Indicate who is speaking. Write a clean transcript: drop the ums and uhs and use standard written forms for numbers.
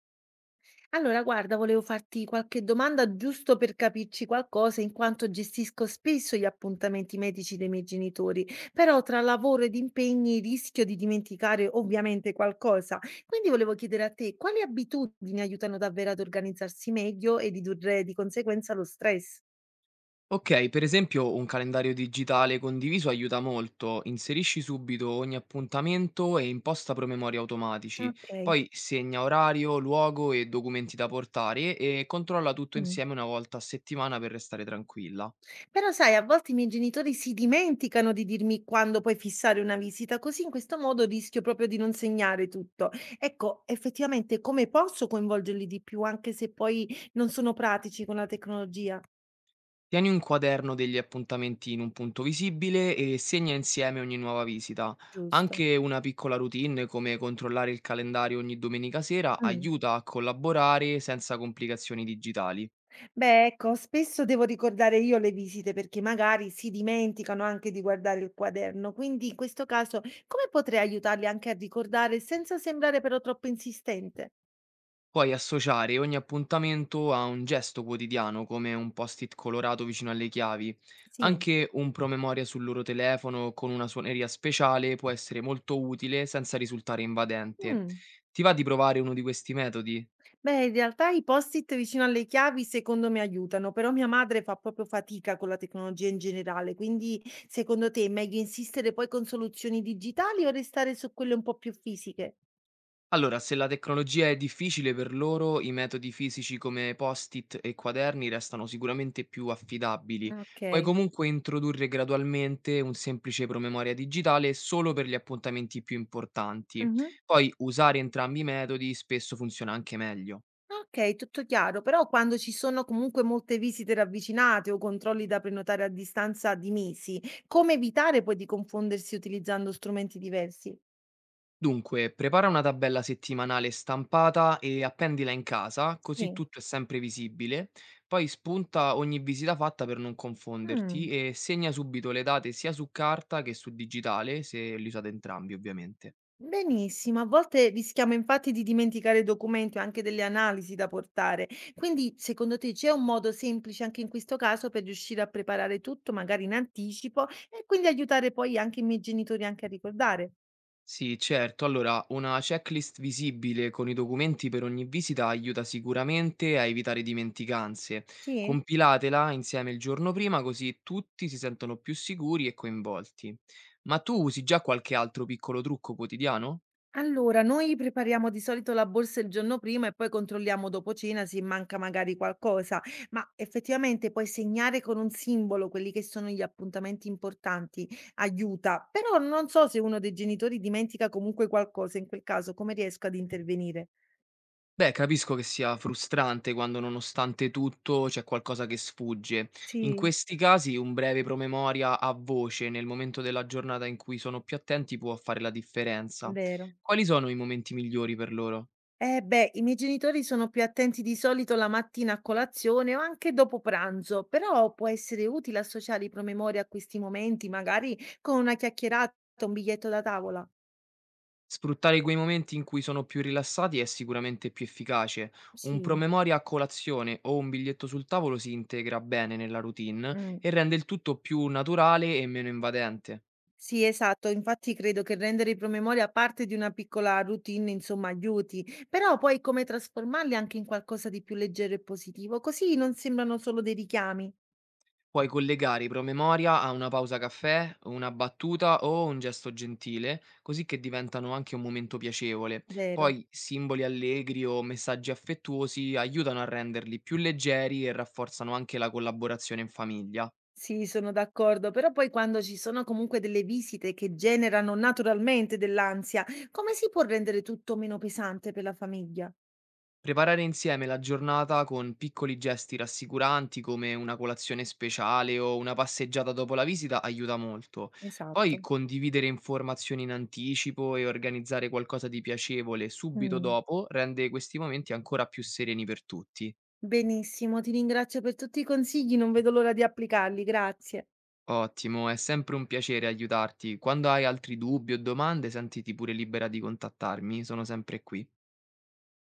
Speaker 1: Allora, guarda, volevo farti qualche domanda giusto per capirci qualcosa, in quanto gestisco spesso gli appuntamenti medici dei miei genitori, però tra lavoro ed impegni rischio di dimenticare ovviamente qualcosa. Quindi volevo chiedere a te, quali abitudini aiutano davvero ad organizzarsi meglio e ridurre di conseguenza lo stress?
Speaker 2: Okay, per esempio un calendario digitale condiviso aiuta molto. Inserisci subito ogni appuntamento e imposta promemori automatici.
Speaker 1: Ok.
Speaker 2: Poi segna orario, luogo e documenti da portare e controlla tutto
Speaker 1: Mm.
Speaker 2: insieme una volta a settimana per restare tranquilla.
Speaker 1: Però sai, a volte i miei genitori si dimenticano di dirmi quando puoi fissare una visita, così in questo modo rischio proprio di non segnare tutto. Ecco, effettivamente come posso coinvolgerli di più, anche se poi non sono pratici con la tecnologia?
Speaker 2: Tieni un quaderno degli appuntamenti in un punto visibile e segna insieme ogni nuova visita.
Speaker 1: Giusto.
Speaker 2: Anche una piccola routine come controllare il calendario ogni domenica sera
Speaker 1: Mm.
Speaker 2: aiuta a collaborare senza complicazioni digitali.
Speaker 1: Beh, ecco, spesso devo ricordare io le visite perché magari si dimenticano anche di guardare il quaderno, quindi in questo caso come potrei aiutarli anche a ricordare senza sembrare però troppo insistente?
Speaker 2: Puoi associare ogni appuntamento a un gesto quotidiano, come un post-it colorato vicino alle chiavi.
Speaker 1: Sì.
Speaker 2: Anche un promemoria sul loro telefono con una suoneria speciale può essere molto utile senza risultare invadente.
Speaker 1: Mm.
Speaker 2: Ti va di provare uno di questi metodi?
Speaker 1: Beh, in realtà i post-it vicino alle chiavi secondo me aiutano, però mia madre fa proprio fatica con la tecnologia in generale, quindi secondo te è meglio insistere poi con soluzioni digitali o restare su quelle un po' più fisiche?
Speaker 2: Allora, se la tecnologia è difficile per loro, i metodi fisici come post-it e quaderni restano sicuramente più affidabili. Puoi
Speaker 1: Ok.
Speaker 2: comunque introdurre gradualmente un semplice promemoria digitale solo per gli appuntamenti più importanti.
Speaker 1: Mhm.
Speaker 2: Poi usare entrambi i metodi spesso funziona anche meglio.
Speaker 1: Ok, tutto chiaro, però quando ci sono comunque molte visite ravvicinate o controlli da prenotare a distanza di mesi, come evitare poi di confondersi utilizzando strumenti diversi?
Speaker 2: Dunque, prepara una tabella settimanale stampata e appendila in casa, così
Speaker 1: Sì.
Speaker 2: tutto è sempre visibile. Poi spunta ogni visita fatta per non confonderti
Speaker 1: Mm.
Speaker 2: e segna subito le date sia su carta che su digitale, se li usate entrambi, ovviamente.
Speaker 1: Benissimo, a volte rischiamo infatti di dimenticare documenti o anche delle analisi da portare. Quindi, secondo te c'è un modo semplice anche in questo caso per riuscire a preparare tutto, magari in anticipo, e quindi aiutare poi anche i miei genitori anche a ricordare?
Speaker 2: Sì, certo. Allora, una checklist visibile con i documenti per ogni visita aiuta sicuramente a evitare dimenticanze.
Speaker 1: Sì?
Speaker 2: Compilatela insieme il giorno prima, così tutti si sentono più sicuri e coinvolti. Ma tu usi già qualche altro piccolo trucco quotidiano?
Speaker 1: Allora, noi prepariamo di solito la borsa il giorno prima e poi controlliamo dopo cena se manca magari qualcosa, ma effettivamente poi segnare con un simbolo quelli che sono gli appuntamenti importanti aiuta, però non so se uno dei genitori dimentica comunque qualcosa, in quel caso come riesco ad intervenire?
Speaker 2: Beh, capisco che sia frustrante quando nonostante tutto c'è qualcosa che sfugge. In
Speaker 1: Sì,
Speaker 2: questi casi un breve promemoria a voce nel momento della giornata in cui sono più attenti può fare la differenza.
Speaker 1: vero.
Speaker 2: Quali sono i momenti migliori per loro?
Speaker 1: Eh beh, i miei genitori sono più attenti di solito la mattina a colazione o anche dopo pranzo, però può essere utile associare i promemoria a questi momenti, magari con una chiacchierata, un biglietto da tavola.
Speaker 2: Sfruttare quei momenti in cui sono più rilassati è sicuramente più efficace. Un
Speaker 1: Sì.
Speaker 2: promemoria a colazione o un biglietto sul tavolo si integra bene nella routine
Speaker 1: Mm.
Speaker 2: e rende il tutto più naturale e meno invadente.
Speaker 1: Sì, esatto, infatti credo che rendere i promemoria parte di una piccola routine, insomma, aiuti, però poi come trasformarli anche in qualcosa di più leggero e positivo, così non sembrano solo dei richiami,
Speaker 2: Puoi collegare i promemoria a una pausa caffè, una battuta o un gesto gentile, così che diventano anche un momento piacevole.
Speaker 1: vero?
Speaker 2: Poi simboli allegri o messaggi affettuosi aiutano a renderli più leggeri e rafforzano anche la collaborazione in famiglia.
Speaker 1: Sì, sono d'accordo, però poi quando ci sono comunque delle visite che generano naturalmente dell'ansia, come si può rendere tutto meno pesante per la famiglia?
Speaker 2: Preparare insieme la giornata con piccoli gesti rassicuranti come una colazione speciale o una passeggiata dopo la visita aiuta molto. Poi
Speaker 1: Esatto.
Speaker 2: condividere informazioni in anticipo e organizzare qualcosa di piacevole subito
Speaker 1: Mm.
Speaker 2: dopo rende questi momenti ancora più sereni per tutti.
Speaker 1: Benissimo, ti ringrazio per tutti i consigli, non vedo l'ora di applicarli, grazie.
Speaker 2: Ottimo, è sempre un piacere aiutarti. Quando hai altri dubbi o domande, sentiti pure libera di contattarmi, sono sempre qui.